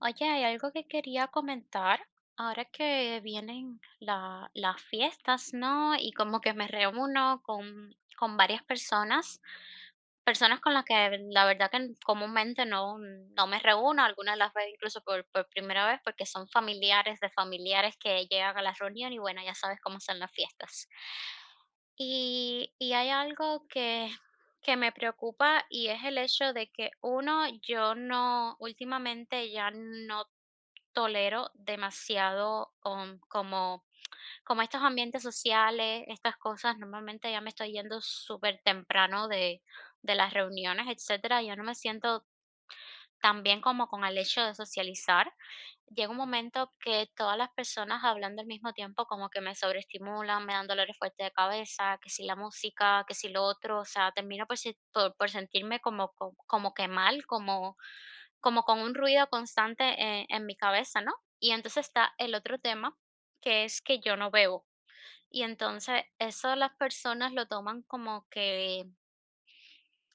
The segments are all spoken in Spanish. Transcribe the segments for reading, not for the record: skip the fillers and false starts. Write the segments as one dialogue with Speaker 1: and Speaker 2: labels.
Speaker 1: Oye, hay algo que quería comentar. Ahora que vienen las fiestas, ¿no? Y como que me reúno con varias personas, personas con las que la verdad que comúnmente no me reúno, algunas las veo incluso por primera vez porque son familiares de familiares que llegan a la reunión y bueno, ya sabes cómo son las fiestas. Y hay algo que me preocupa y es el hecho de que uno, yo no, últimamente ya no tolero demasiado, como estos ambientes sociales, estas cosas. Normalmente ya me estoy yendo súper temprano de las reuniones, etcétera. Yo no me siento tan bien como con el hecho de socializar. Llega un momento que todas las personas hablando al mismo tiempo como que me sobreestimulan, me dan dolores fuertes de cabeza, que si la música, que si lo otro, o sea, termino por si por por sentirme como como que mal, como con un ruido constante, en mi cabeza, ¿no? Y entonces está el otro tema, que es que yo no bebo. Y entonces eso las personas lo toman como que,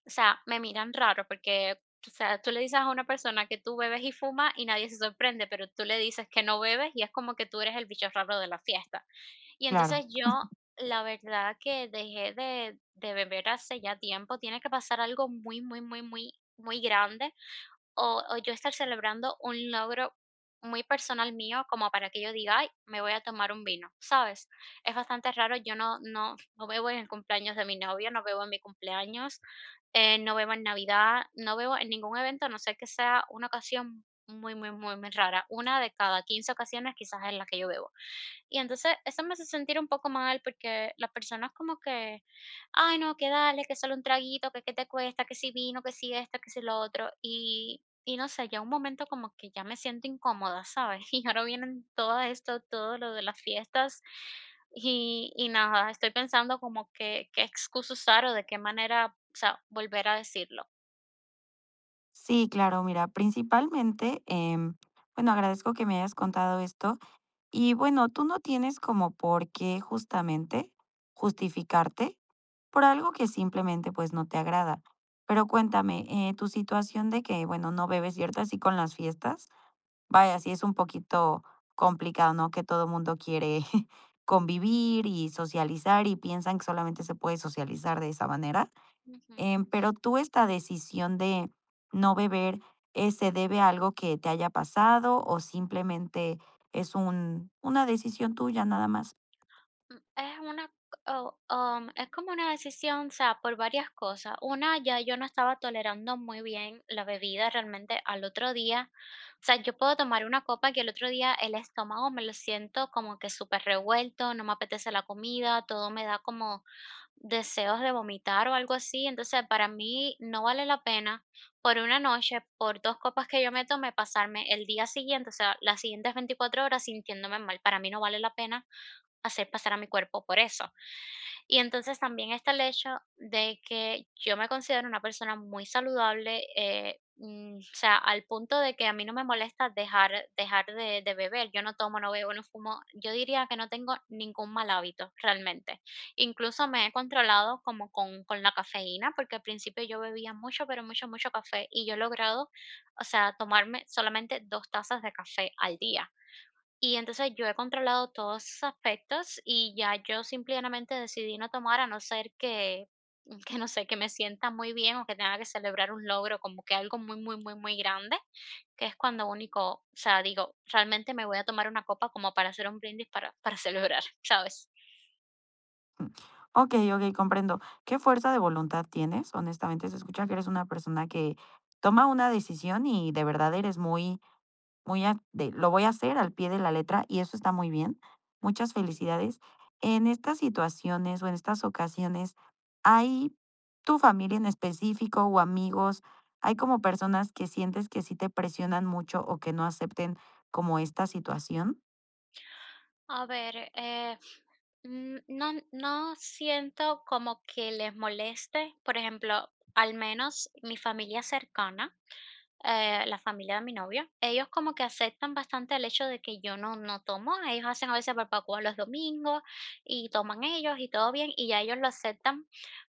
Speaker 1: o sea, me miran raro porque, o sea, tú le dices a una persona que tú bebes y fumas y nadie se sorprende, pero tú le dices que no bebes y es como que tú eres el bicho raro de la fiesta. Y
Speaker 2: Claro,
Speaker 1: entonces yo, la verdad que dejé de beber hace ya tiempo, tiene que pasar algo muy, muy, muy, muy, muy grande o yo estar celebrando un logro muy personal mío como para que yo diga: "Ay, me voy a tomar un vino", ¿sabes? Es bastante raro, yo no bebo en el cumpleaños de mi novio, no bebo en mi cumpleaños, no bebo en Navidad, no bebo en ningún evento, a no sé que sea una ocasión muy, muy, muy, muy rara. Una de cada 15 ocasiones quizás es la que yo bebo. Y entonces eso me hace sentir un poco mal porque las personas como que: "Ay, no, que dale, que solo un traguito, que qué te cuesta, que si vino, que si esto, que si lo otro". Y no sé, ya un momento como que ya me siento incómoda, ¿sabes? Y ahora vienen todo esto, todo lo de las fiestas y nada, estoy pensando como que qué excusa usar o de qué manera, o sea, volver a decirlo.
Speaker 2: sí, claro, mira, principalmente, bueno, agradezco que me hayas contado esto y bueno, tú no tienes como por qué justamente justificarte por algo que simplemente pues no te agrada. Pero cuéntame, tu situación de que, bueno, no bebes cierto así con las fiestas, vaya, sí es un poquito complicado, ¿no? Que todo mundo quiere convivir y socializar y piensan que solamente se puede socializar de esa manera.
Speaker 1: Ujú.
Speaker 2: Pero tú esta decisión de no beber, ¿se debe a algo que te haya pasado o simplemente es un una decisión tuya nada más?
Speaker 1: Es una, oh, es como una decisión, o sea, por varias cosas. Una, ya yo no estaba tolerando muy bien la bebida realmente al otro día. O sea, yo puedo tomar una copa que el otro día el estómago me lo siento como que súper revuelto, no me apetece la comida, todo me da como deseos de vomitar o algo así. Entonces, para mí no vale la pena por una noche, por dos copas que yo me tome, pasarme el día siguiente, o sea, las siguientes 24 horas sintiéndome mal. Para mí no vale la pena hacer pasar a mi cuerpo por eso. Y entonces también está el hecho de que yo me considero una persona muy saludable, o sea, al punto de que a mí no me molesta dejar de beber. Yo no tomo, no bebo, no fumo. Yo diría que no tengo ningún mal hábito realmente. Incluso me he controlado como con la cafeína, porque al principio yo bebía mucho, pero mucho, mucho café y yo he logrado, o sea, tomarme solamente dos tazas de café al día y entonces yo he controlado todos esos aspectos y ya yo simplemente decidí no tomar a no ser que, que no sé, que me sienta muy bien o que tenga que celebrar un logro, como que algo muy, muy, muy, muy grande, que es cuando único, o sea, digo, realmente me voy a tomar una copa como para hacer un brindis para celebrar, ¿sabes?
Speaker 2: Mm, okey, okey, comprendo. Qué fuerza de voluntad tienes, honestamente, se escucha que eres una persona que toma una decisión y de verdad eres muy muy a de lo voy a hacer al pie de la letra y eso está muy bien. Muchas felicidades. En estas situaciones o en estas ocasiones, ¿hay tu familia en específico o amigos? ¿Hay como personas que sientes que sí te presionan mucho o que no acepten como esta situación?
Speaker 1: A ver, No siento como que les moleste, por ejemplo, al menos mi familia cercana, la familia de mi novio, ellos como que aceptan bastante el hecho de que yo no tomo, ellos hacen a veces barbacoa los domingos y toman ellos y todo bien y ya ellos lo aceptan,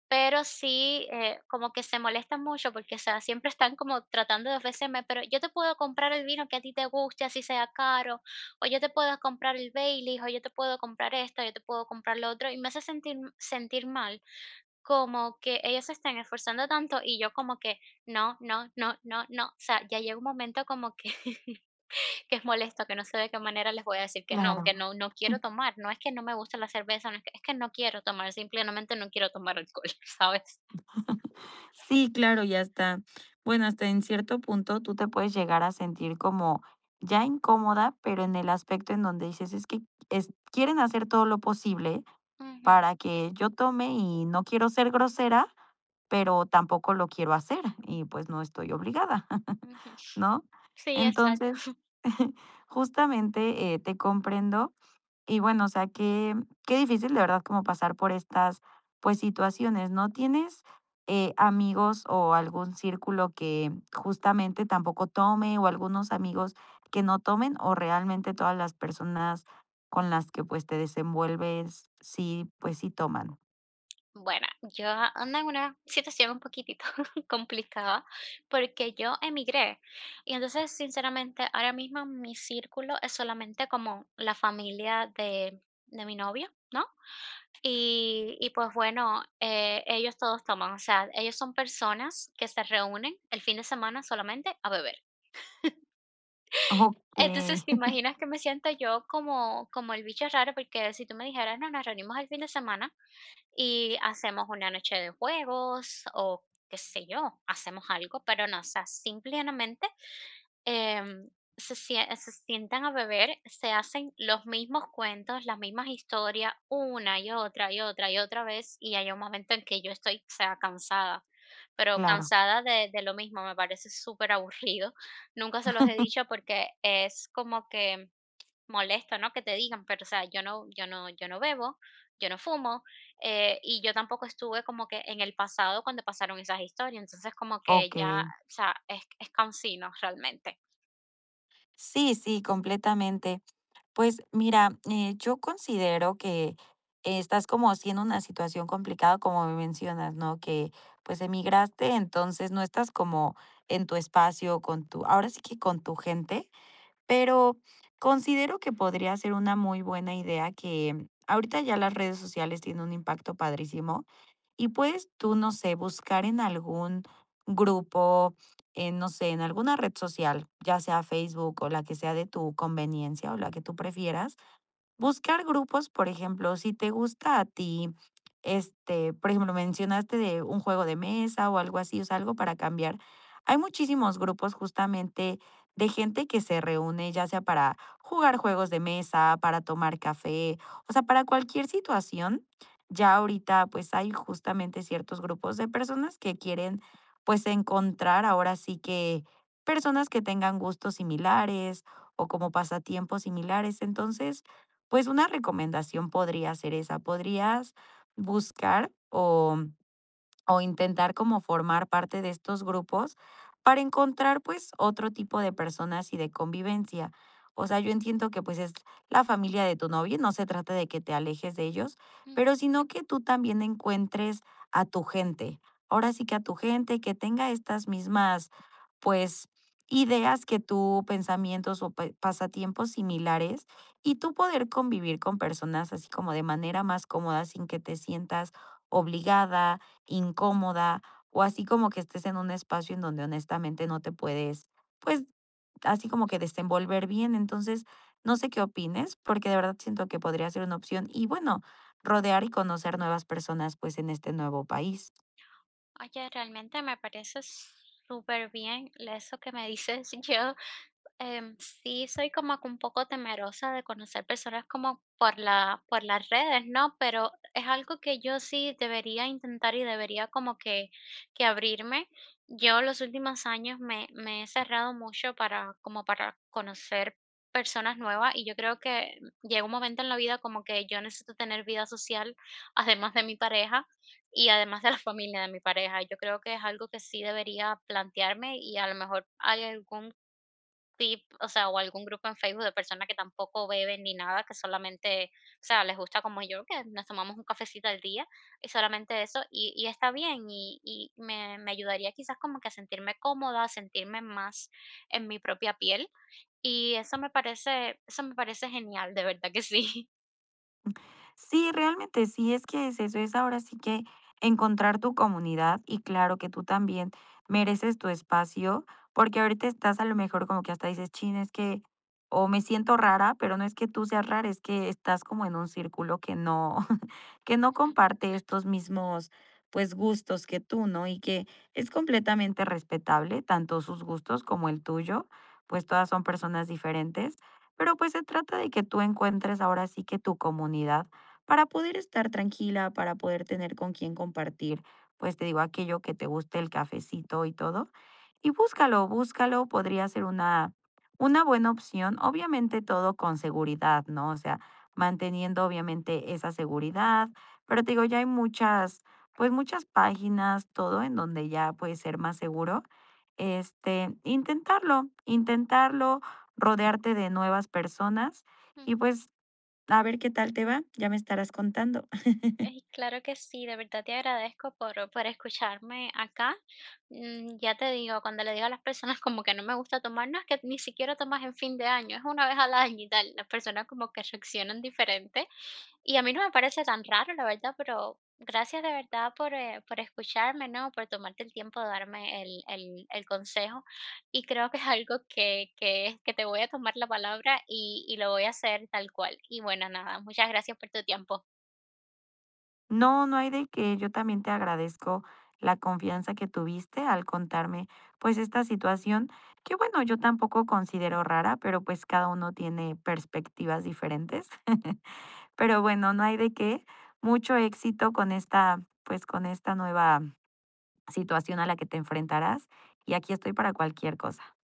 Speaker 1: pero sí como que se molestan mucho porque o sea, siempre están como tratando de ofrecerme, pero yo te puedo comprar el vino que a ti te guste, así sea caro, o yo te puedo comprar el Baileys, o yo te puedo comprar esto, yo te puedo comprar lo otro y me hace sentir mal como que ellos se están esforzando tanto y yo como que no, no, no, no, no. O sea, ya llega un momento como que, que es molesto, que no sé de qué manera les voy a decir
Speaker 2: Claro.
Speaker 1: que no, no quiero tomar. No es que no me gusta la cerveza, no es que, es que no quiero tomar, simplemente no quiero tomar alcohol, ¿sabes?
Speaker 2: Sí, claro, ya está. Bueno, hasta en cierto punto tú te puedes llegar a sentir como ya incómoda, pero en el aspecto en donde dices, es que quieren hacer todo lo posible
Speaker 1: Ujú,
Speaker 2: para que yo tome y no quiero ser grosera, pero tampoco lo quiero hacer y pues no estoy obligada,
Speaker 1: ujú.
Speaker 2: ¿no?
Speaker 1: Sí, exacto.
Speaker 2: Entonces, justamente te comprendo y bueno, o sea, qué difícil de verdad como pasar por estas, pues, situaciones, ¿no? ¿Tienes, amigos o algún círculo que justamente tampoco tome o algunos amigos que no tomen o realmente todas las personas con las que, pues, te desenvuelves sí, pues, sí toman?
Speaker 1: Bueno, yo ando en una situación un poquitito complicada porque yo emigré y entonces sinceramente ahora mismo mi círculo es solamente como la familia de mi novio, ¿no? Y pues bueno, ellos todos toman, o sea, ellos son personas que se reúnen el fin de semana solamente a beber.
Speaker 2: Okey,
Speaker 1: Entonces, ¿te imaginas que me siento yo como el bicho raro? Porque si tú me dijeras, no, nos reunimos el fin de semana, y hacemos una noche de juegos o qué sé yo, hacemos algo, pero no, o sea, simplemente em, se sientan a beber, se hacen los mismos cuentos, las mismas historias, una y otra y otra y otra vez, y hay un momento en que yo estoy, o sea, cansada, pero
Speaker 2: claro,
Speaker 1: cansada de lo mismo, me parece súper aburrido. Nunca se los he dicho porque es como que molesto, ¿no? Que te digan, pero, o sea, yo no bebo, yo no fumo, y yo tampoco estuve como que en el pasado cuando pasaron esas historias. Entonces, como que
Speaker 2: okey.
Speaker 1: ya, o sea, es cansino realmente.
Speaker 2: Sí, sí, completamente. Pues mira, yo considero que estás como haciendo una situación complicada, como me mencionas, ¿no? Que pues emigraste, entonces no estás como en tu espacio, con tu, ahora sí que con tu gente, pero considero que podría ser una muy buena idea que ahorita ya las redes sociales tienen un impacto padrísimo y puedes tú, no sé, buscar en algún grupo, en, no sé, en alguna red social, ya sea Facebook o la que sea de tu conveniencia o la que tú prefieras. Buscar grupos, por ejemplo, si te gusta a ti, este, por ejemplo, mencionaste de un juego de mesa o algo así, o sea, algo para cambiar. Hay muchísimos grupos justamente de gente que se reúne, ya sea para jugar juegos de mesa, para tomar café, o sea, para cualquier situación. Ya ahorita, pues hay justamente ciertos grupos de personas que quieren, pues, encontrar ahora sí que personas que tengan gustos similares o como pasatiempos similares. Entonces, pues una recomendación podría ser esa, podrías buscar o intentar como formar parte de estos grupos para encontrar pues otro tipo de personas y de convivencia. O sea, yo entiendo que pues es la familia de tu novio, y no se trata de que te alejes de ellos,
Speaker 1: Mm,
Speaker 2: pero sino que tú también encuentres a tu gente. Ahora sí que a tu gente que tenga estas mismas pues ideas que tú, pensamientos o pasatiempos similares y tú poder convivir con personas así como de manera más cómoda sin que te sientas obligada, incómoda o así como que estés en un espacio en donde honestamente no te puedes, pues, así como
Speaker 1: ujú.
Speaker 2: que desenvolver bien. Entonces, no sé qué opines, porque de verdad siento que podría ser una opción y bueno, rodear y conocer nuevas personas, pues, en este nuevo país.
Speaker 1: Oye, realmente me parece súper superbién eso que me dices. Sí, soy como que un poco temerosa de conocer personas como por las redes, ¿no? Pero es algo que yo sí debería intentar y debería como que abrirme. Yo los últimos años me he cerrado mucho como para conocer personas nuevas y yo creo que llega un momento en la vida como que yo necesito tener vida social además de mi pareja y además de la familia de mi pareja. Yo creo que es algo que sí debería plantearme y a lo mejor hay algún tip, o sea, o algún grupo en Facebook de personas que tampoco beben ni nada, que solamente, o sea, les gusta como yo, que nos tomamos un cafecito al día y solamente eso, y está bien, y me ayudaría quizás como que a sentirme cómoda, sentirme más en mi propia piel, y eso me parece genial, de verdad que sí.
Speaker 2: Sí, realmente sí, es que es eso, es ahora sí que encontrar tu comunidad y claro que tú también mereces tu espacio, porque ahorita estás a lo mejor como que hasta dices, chin, es que o me siento rara, pero no es que tú seas rara, es que estás como en un círculo que no, que no comparte estos mismos pues gustos que tú, ¿no? Y que es completamente respetable, tanto sus gustos como el tuyo, pues todas son personas diferentes, pero pues se trata de que tú encuentres ahora sí que tu comunidad para poder estar tranquila, para poder tener con quién compartir, pues te digo, aquello que te guste, el cafecito y todo. Y búscalo, búscalo, podría ser una buena opción, obviamente todo con seguridad, ¿no? O sea, manteniendo obviamente esa seguridad, pero te digo, ya hay muchas, pues muchas páginas, todo en donde ya puede ser más seguro. Este, intentarlo, intentarlo, rodearte de nuevas personas y pues a ver qué tal te va, ya me estarás contando.
Speaker 1: Ay, claro que sí, de verdad te agradezco por escucharme acá. Ya te digo, cuando le digo a las personas como que no me gusta tomar, no es que ni siquiera tomas en fin de año, es una vez al año y tal. Las personas como que reaccionan diferente. Y a mí no me parece tan raro, la verdad, pero gracias de verdad por escucharme, ¿no? Por tomarte el tiempo de darme el consejo. Y creo que es algo que te voy a tomar la palabra y lo voy a hacer tal cual. Y bueno, nada, muchas gracias por tu tiempo.
Speaker 2: No, no hay de qué. Yo también te agradezco la confianza que tuviste al contarme, pues, esta situación, que bueno, yo tampoco considero rara, pero, pues, cada uno tiene perspectivas diferentes. Pero bueno, no hay de qué. Mucho éxito con esta, pues, con esta nueva situación a la que te enfrentarás, y aquí estoy para cualquier cosa.